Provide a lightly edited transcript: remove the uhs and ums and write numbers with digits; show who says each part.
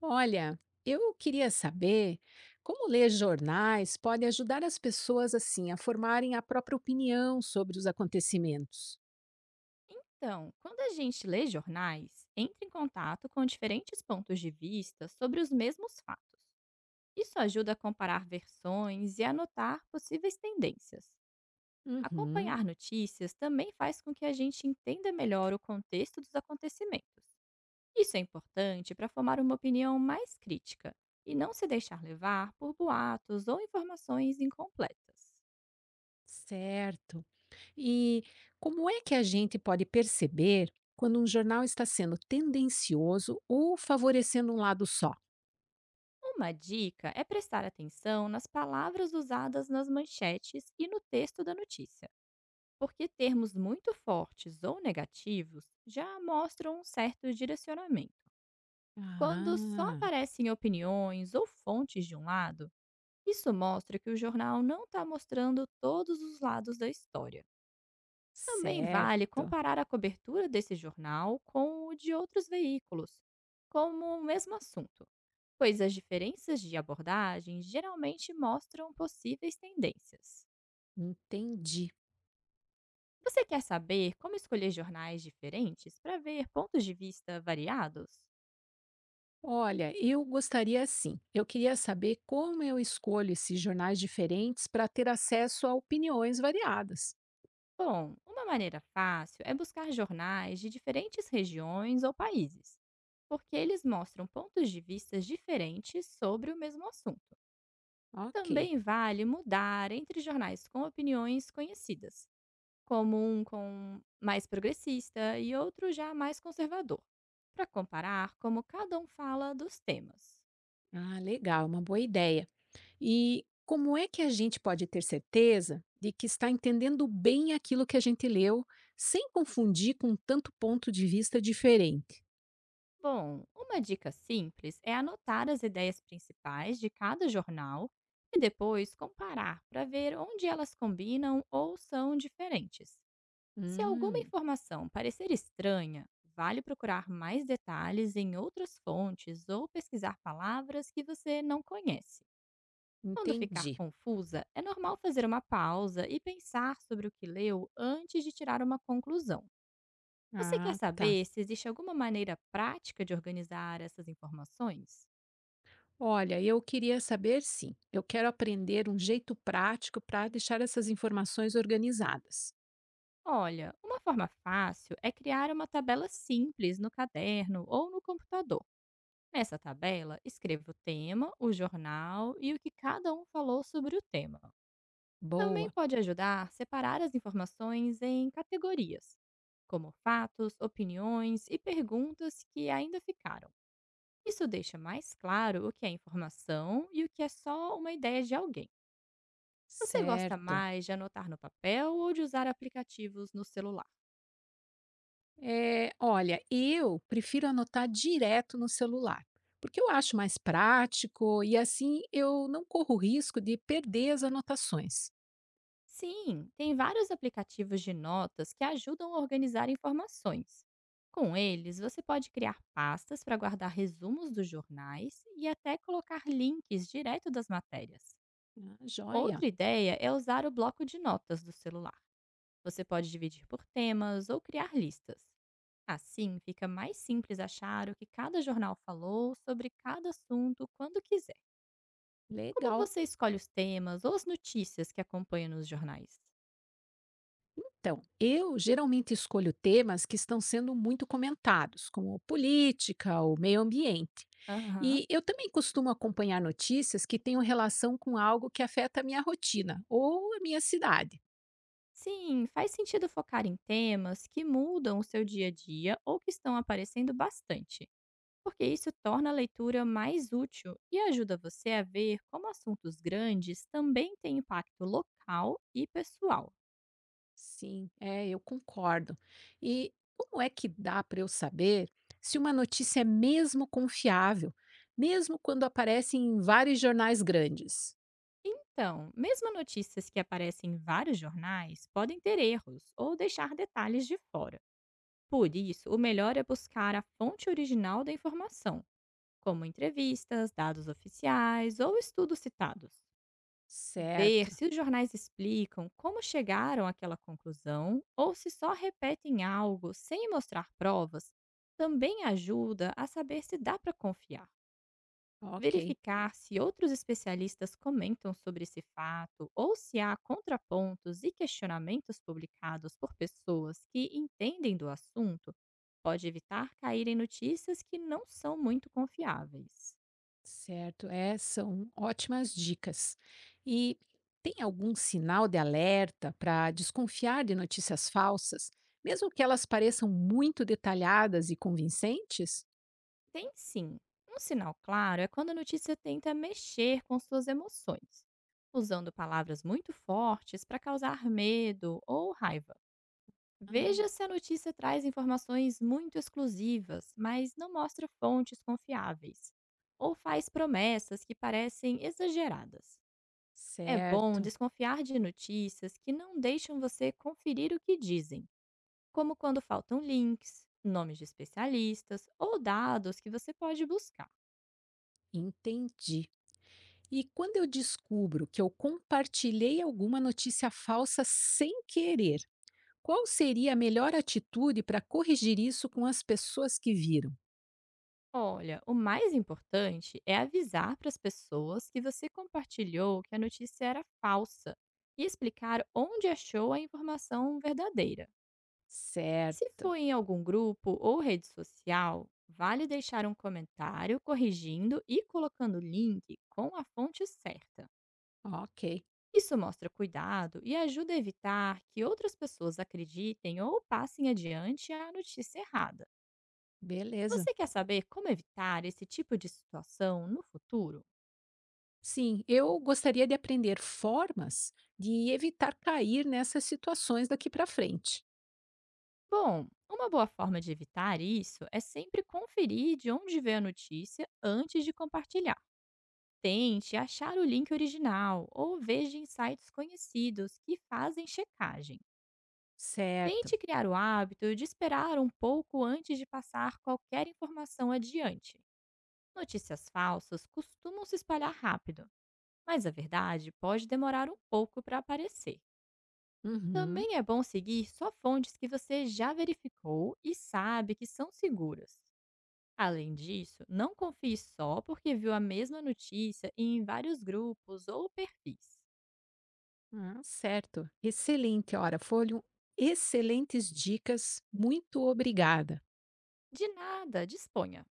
Speaker 1: Olha, eu queria saber como ler jornais pode ajudar as pessoas assim a formarem a própria opinião sobre os acontecimentos.
Speaker 2: Então, quando a gente lê jornais, entra em contato com diferentes pontos de vista sobre os mesmos fatos. Isso ajuda a comparar versões e anotar possíveis tendências.
Speaker 1: Uhum,
Speaker 2: Acompanhar notícias também faz com que a gente entenda melhor o contexto dos acontecimentos. Isso é importante para formar uma opinião mais crítica e não se deixar levar por boatos ou informações incompletas.
Speaker 1: certo. E como é que a gente pode perceber quando um jornal está sendo tendencioso ou favorecendo um lado só?
Speaker 2: Uma dica é prestar atenção nas palavras usadas nas manchetes e no texto da notícia, porque termos muito fortes ou negativos já mostram um certo direcionamento. Quando só
Speaker 1: Ah,
Speaker 2: aparecem opiniões ou fontes de um lado, isso mostra que o jornal não está mostrando todos os lados da história. Também vale
Speaker 1: certo.
Speaker 2: comparar a cobertura desse jornal com o de outros veículos, como o mesmo assunto, pois as diferenças de abordagens geralmente mostram possíveis tendências.
Speaker 1: Entendi.
Speaker 2: Você quer saber como escolher jornais diferentes para ver pontos de vista variados?
Speaker 1: Olha, eu gostaria sim. Eu queria saber como eu escolho esses jornais diferentes para ter acesso a opiniões variadas.
Speaker 2: Bom, uma maneira fácil é buscar jornais de diferentes regiões ou países, porque eles mostram pontos de vista diferentes sobre o mesmo assunto.
Speaker 1: Ok.
Speaker 2: Também vale mudar entre jornais com opiniões conhecidas, como um com mais progressista e outro já mais conservador, para comparar como cada um fala dos temas.
Speaker 1: Ah, legal, uma boa ideia. E como é que a gente pode ter certeza de que está entendendo bem aquilo que a gente leu, sem confundir com tanto ponto de vista diferente?
Speaker 2: Bom, uma dica simples é anotar as ideias principais de cada jornal e depois comparar para ver onde elas combinam ou são diferentes. Se alguma
Speaker 1: Hum,
Speaker 2: informação parecer estranha, vale procurar mais detalhes em outras fontes ou pesquisar palavras que você não conhece. Quando ficar
Speaker 1: entendi.
Speaker 2: confusa, é normal fazer uma pausa e pensar sobre o que leu antes de tirar uma conclusão. Você quer
Speaker 1: Ah, tá.
Speaker 2: saber se existe alguma maneira prática de organizar essas informações?
Speaker 1: Olha, eu queria saber sim. Eu quero aprender um jeito prático para deixar essas informações organizadas.
Speaker 2: Olha, uma forma fácil é criar uma tabela simples no caderno ou no computador. Nessa tabela, escreva o tema, o jornal e o que cada um falou sobre o tema. Também
Speaker 1: Boa,
Speaker 2: pode ajudar a separar as informações em categorias, como fatos, opiniões e perguntas que ainda ficaram. Isso deixa mais claro o que é informação e o que é só uma ideia de alguém. Você gosta
Speaker 1: certo.
Speaker 2: mais de anotar no papel ou de usar aplicativos no celular?
Speaker 1: É, olha, eu prefiro anotar direto no celular, porque eu acho mais prático e assim eu não corro o risco de perder as anotações.
Speaker 2: Sim, tem vários aplicativos de notas que ajudam a organizar informações. Com eles, você pode criar pastas para guardar resumos dos jornais e até colocar links direto das matérias.
Speaker 1: Ah, joia,
Speaker 2: Outra ideia é usar o bloco de notas do celular. Você pode dividir por temas ou criar listas. Assim, fica mais simples achar o que cada jornal falou sobre cada assunto quando quiser. Como
Speaker 1: legal.
Speaker 2: você escolhe os temas ou as notícias que acompanha nos jornais?
Speaker 1: Então, eu geralmente escolho temas que estão sendo muito comentados, como política ou meio ambiente.
Speaker 2: Aham.
Speaker 1: E eu também costumo acompanhar notícias que tenham relação com algo que afeta a minha rotina ou a minha cidade.
Speaker 2: Sim, faz sentido focar em temas que mudam o seu dia a dia ou que estão aparecendo bastante, porque isso torna a leitura mais útil e ajuda você a ver como assuntos grandes também têm impacto local e pessoal.
Speaker 1: Sim, é, eu concordo. E como é que dá para eu saber se uma notícia é mesmo confiável, mesmo quando aparece em vários jornais grandes?
Speaker 2: Então, mesmo notícias que aparecem em vários jornais podem ter erros ou deixar detalhes de fora. Por isso, o melhor é buscar a fonte original da informação, como entrevistas, dados oficiais ou estudos citados.
Speaker 1: Certo,
Speaker 2: Ver se os jornais explicam como chegaram àquela conclusão ou se só repetem algo sem mostrar provas também ajuda a saber se dá para confiar.
Speaker 1: ok.
Speaker 2: Verificar se outros especialistas comentam sobre esse fato ou se há contrapontos e questionamentos publicados por pessoas que entendem do assunto pode evitar cair em notícias que não são muito confiáveis.
Speaker 1: Certo, é, são ótimas dicas. E tem algum sinal de alerta para desconfiar de notícias falsas, mesmo que elas pareçam muito detalhadas e convincentes?
Speaker 2: Tem sim. Um sinal claro é quando a notícia tenta mexer com suas emoções, usando palavras muito fortes para causar medo ou raiva.
Speaker 1: Ah,
Speaker 2: Veja se a notícia traz informações muito exclusivas, mas não mostra fontes confiáveis, ou faz promessas que parecem exageradas. É bom
Speaker 1: certo,
Speaker 2: desconfiar de notícias que não deixam você conferir o que dizem, como quando faltam links, nomes de especialistas ou dados que você pode buscar.
Speaker 1: entendi. E quando eu descubro que eu compartilhei alguma notícia falsa sem querer, qual seria a melhor atitude para corrigir isso com as pessoas que viram?
Speaker 2: Olha, o mais importante é avisar para as pessoas que você compartilhou que a notícia era falsa e explicar onde achou a informação verdadeira. Se
Speaker 1: Certo.
Speaker 2: foi em algum grupo ou rede social, vale deixar um comentário corrigindo e colocando o link com a fonte certa.
Speaker 1: Ok,
Speaker 2: Isso mostra cuidado e ajuda a evitar que outras pessoas acreditem ou passem adiante a notícia errada.
Speaker 1: beleza.
Speaker 2: Você quer saber como evitar esse tipo de situação no futuro?
Speaker 1: Sim, eu gostaria de aprender formas de evitar cair nessas situações daqui para frente.
Speaker 2: Bom, uma boa forma de evitar isso é sempre conferir de onde veio a notícia antes de compartilhar. Tente achar o link original ou veja em sites conhecidos que fazem checagem.
Speaker 1: Certo.
Speaker 2: Tente criar o hábito de esperar um pouco antes de passar qualquer informação adiante. Notícias falsas costumam se espalhar rápido, mas a verdade pode demorar um pouco para aparecer.
Speaker 1: Uhum.
Speaker 2: Também é bom seguir só fontes que você já verificou e sabe que são seguras. Além disso, não confie só porque viu a mesma notícia em vários grupos ou perfis.
Speaker 1: Ah, certo. Excelente. Olha, foram excelentes dicas. Muito obrigada.
Speaker 2: De nada, disponha.